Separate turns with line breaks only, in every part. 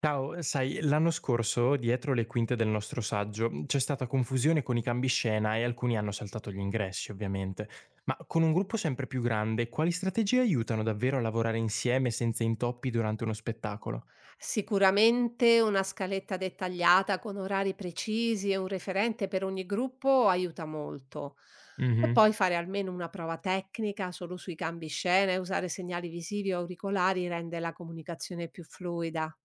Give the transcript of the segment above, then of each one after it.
Ciao, sai, l'anno scorso, dietro le quinte del nostro saggio, c'è stata confusione con i cambiescena e alcuni hanno saltato gli ingressi, ovviamente. Ma con un gruppo sempre più grande, quali strategie aiutano davvero a lavorare insieme senza intoppi durante uno spettacolo?
Sicuramente una scaletta dettagliata con orari precisi e un referente per ogni gruppo aiuta molto. E
Mhm.
poi fare almeno una prova tecnica solo sui cambi scena e usare segnali visivi o auricolari rende la comunicazione più fluida.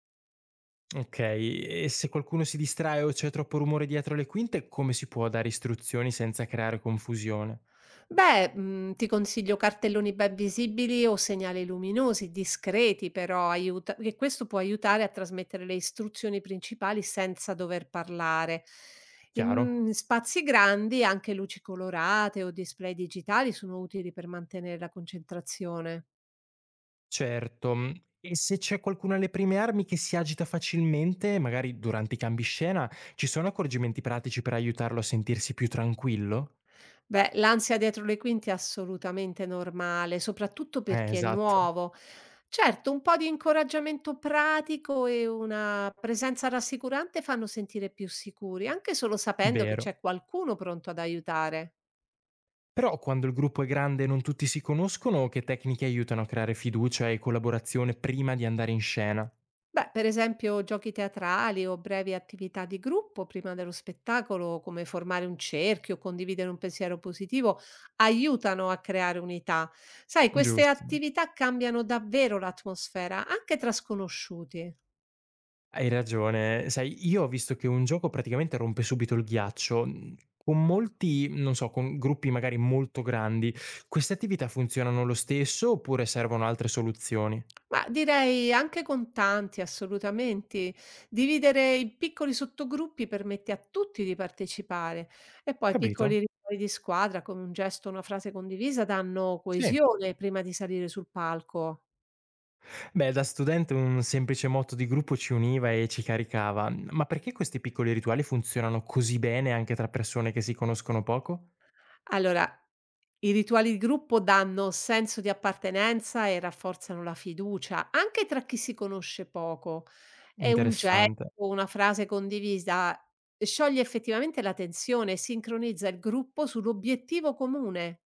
Ok, e se qualcuno si distrae o c'è troppo rumore dietro le quinte, come si può dare istruzioni senza creare confusione?
Beh, ti consiglio cartelloni ben visibili o segnali luminosi, discreti però aiuta che questo può aiutare a trasmettere le istruzioni principali senza dover parlare.
Chiaro?
In spazi grandi anche luci colorate o display digitali sono utili per mantenere la concentrazione.
Certo. Mhmm, e se c'è qualcuno alle prime armi che si agita facilmente, magari durante i cambi scena, ci sono accorgimenti pratici per aiutarlo a sentirsi più tranquillo?
Beh, l'ansia dietro le quinte è assolutamente normale, soprattutto per chi è
Esatto,
nuovo. Certo, un po' di incoraggiamento pratico e una presenza rassicurante fanno sentire più sicuri, anche solo sapendo che
vero.
c'è qualcuno pronto ad aiutare.
Però quando il gruppo è grande e non tutti si conoscono, che tecniche aiutano a creare fiducia e collaborazione prima di andare in scena?
Beh, per esempio giochi teatrali o brevi attività di gruppo prima dello spettacolo, come formare un cerchio, condividere un pensiero positivo, aiutano a creare unità. Sai, queste
Giusto.
attività cambiano davvero l'atmosfera, anche tra sconosciuti.
Hai ragione. Sai, io ho visto che un gioco praticamente rompe subito il ghiaccio. Mhmm, Con molti, non so, con gruppi magari molto grandi, queste attività funzionano lo stesso oppure servono altre soluzioni?
Ma direi anche con tanti, assolutamente. Dividere in piccoli sottogruppi permette a tutti di partecipare e poi piccoli
Capito?
rituali di squadra, come un gesto, una frase condivisa, danno
Sì.
coesione prima di salire sul palco.
Beh, da studente un semplice motto di gruppo ci univa e ci caricava, ma perché questi piccoli rituali funzionano così bene anche tra persone che si conoscono poco?
Allora, i rituali di gruppo danno senso di appartenenza e rafforzano la fiducia, anche tra chi si conosce poco. E un gesto,
Interessante.
una frase condivisa scioglie effettivamente la tensione e sincronizza il gruppo sull'obiettivo comune.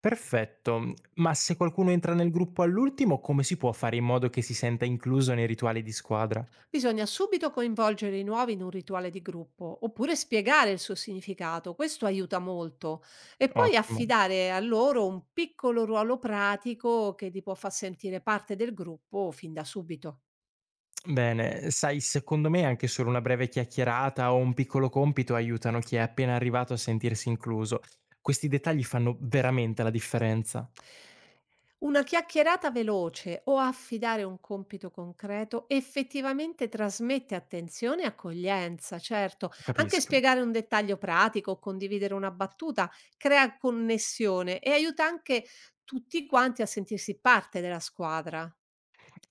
Perfetto, ma se qualcuno entra nel gruppo all'ultimo, come si può fare in modo che si senta incluso nei rituali di squadra?
Bisogna subito coinvolgere i nuovi in un rituale di gruppo, oppure spiegare il suo significato, questo aiuta molto, e poi
Ottimo.
affidare a loro un piccolo ruolo pratico che li può far sentire parte del gruppo fin da subito.
Bene, sai, secondo me anche solo una breve chiacchierata o un piccolo compito aiutano chi è appena arrivato a sentirsi incluso. Questi dettagli fanno veramente la differenza.
Una chiacchierata veloce o affidare un compito concreto effettivamente trasmette attenzione e accoglienza, certo. Anche
Capisco.
spiegare un dettaglio pratico o condividere una battuta crea connessione e aiuta anche tutti quanti a sentirsi parte della squadra.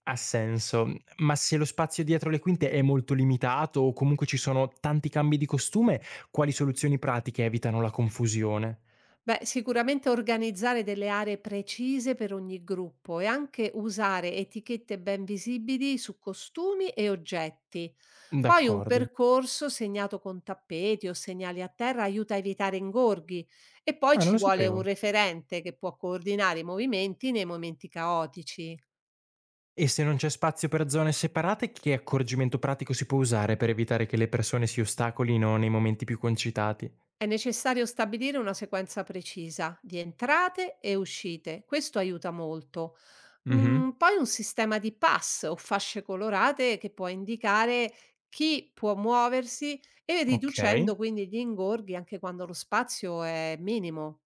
Ha senso. Ma se lo spazio dietro le quinte è molto limitato o comunque ci sono tanti cambi di costume, quali soluzioni pratiche evitano la confusione?
Beh, sicuramente organizzare delle aree precise per ogni gruppo e anche usare etichette ben visibili su costumi e oggetti. Poi un
D'accordo.
percorso segnato con tappeti o segnali a terra aiuta a evitare ingorghi e poi
Ah, non
ci
lo
vuole un
sapevo.
referente che può coordinare i movimenti nei momenti caotici.
E se non c'è spazio per zone separate, che accorgimento pratico si può usare per evitare che le persone si ostacolino nei momenti più concitati?
È necessario stabilire una sequenza precisa di entrate e uscite, questo aiuta molto.
Mh-mh.
Poi un sistema di pass o fasce colorate che può indicare chi può muoversi e riducendo
Okay.
quindi gli ingorghi anche quando lo spazio è minimo.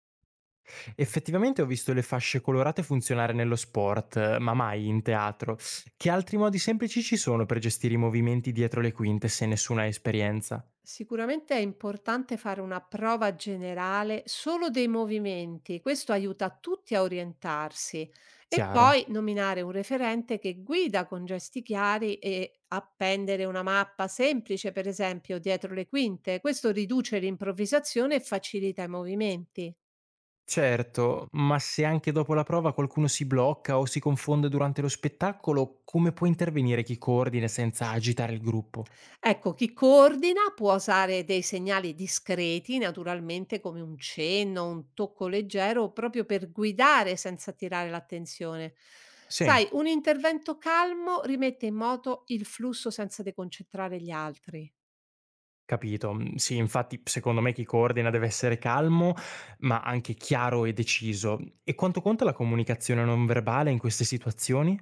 Effettivamente ho visto le fasce colorate funzionare nello sport, ma mai in teatro. Che altri modi semplici ci sono per gestire i movimenti dietro le quinte se nessuno ha esperienza?
Sicuramente è importante fare una prova generale solo dei movimenti, questo aiuta tutti a orientarsi e
Chiaro.
poi nominare un referente che guida con gesti chiari e appendere una mappa semplice, per esempio, dietro le quinte. Questo riduce l'improvvisazione e facilita i movimenti.
Certo, ma se anche dopo la prova qualcuno si blocca o si confonde durante lo spettacolo, come può intervenire chi coordina senza agitare il gruppo?
Ecco, chi coordina può usare dei segnali discreti, naturalmente come un cenno, un tocco leggero, proprio per guidare senza attirare l'attenzione. Sai,
Sì.
un intervento calmo rimette in moto il flusso senza deconcentrare gli altri.
Capito. Mhmm, sì, infatti secondo me chi coordina deve essere calmo, ma anche chiaro e deciso. E quanto conta la comunicazione non verbale in queste situazioni?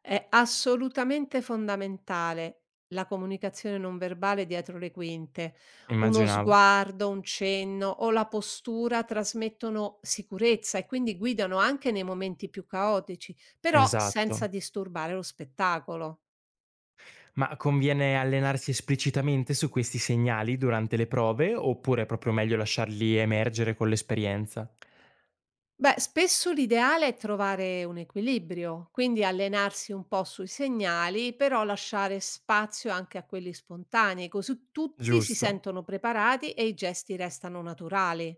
È assolutamente fondamentale la comunicazione non verbale dietro le quinte. Uno
Immaginavo.
sguardo, un cenno o la postura trasmettono sicurezza e quindi guidano anche nei momenti più caotici, però
Esatto.
senza disturbare lo spettacolo.
Ma conviene allenarsi esplicitamente su questi segnali durante le prove, oppure è proprio meglio lasciarli emergere con l'esperienza?
Beh, spesso l'ideale è trovare un equilibrio, quindi allenarsi un po' sui segnali, però lasciare spazio anche a quelli spontanei, così tutti si
Giusto,
sentono preparati e i gesti restano naturali.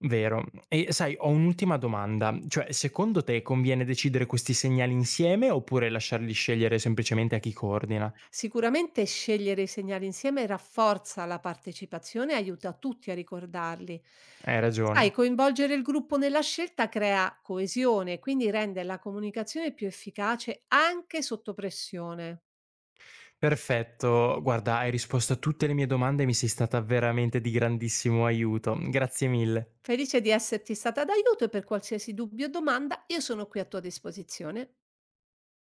vero. E sai, ho un'ultima domanda, cioè secondo te conviene decidere questi segnali insieme, oppure lasciarli scegliere semplicemente a chi coordina?
Sicuramente scegliere i segnali insieme rafforza la partecipazione e aiuta tutti a ricordarli.
Hai
Sai,
ragione.
coinvolgere il gruppo nella scelta crea coesione, quindi rende la comunicazione più efficace anche sotto pressione.
Perfetto, guarda, hai risposto a tutte le mie domande e mi sei stata veramente di grandissimo aiuto. Grazie mille.
Felice di esserti stata d'aiuto e per qualsiasi dubbio o domanda io sono qui a tua disposizione.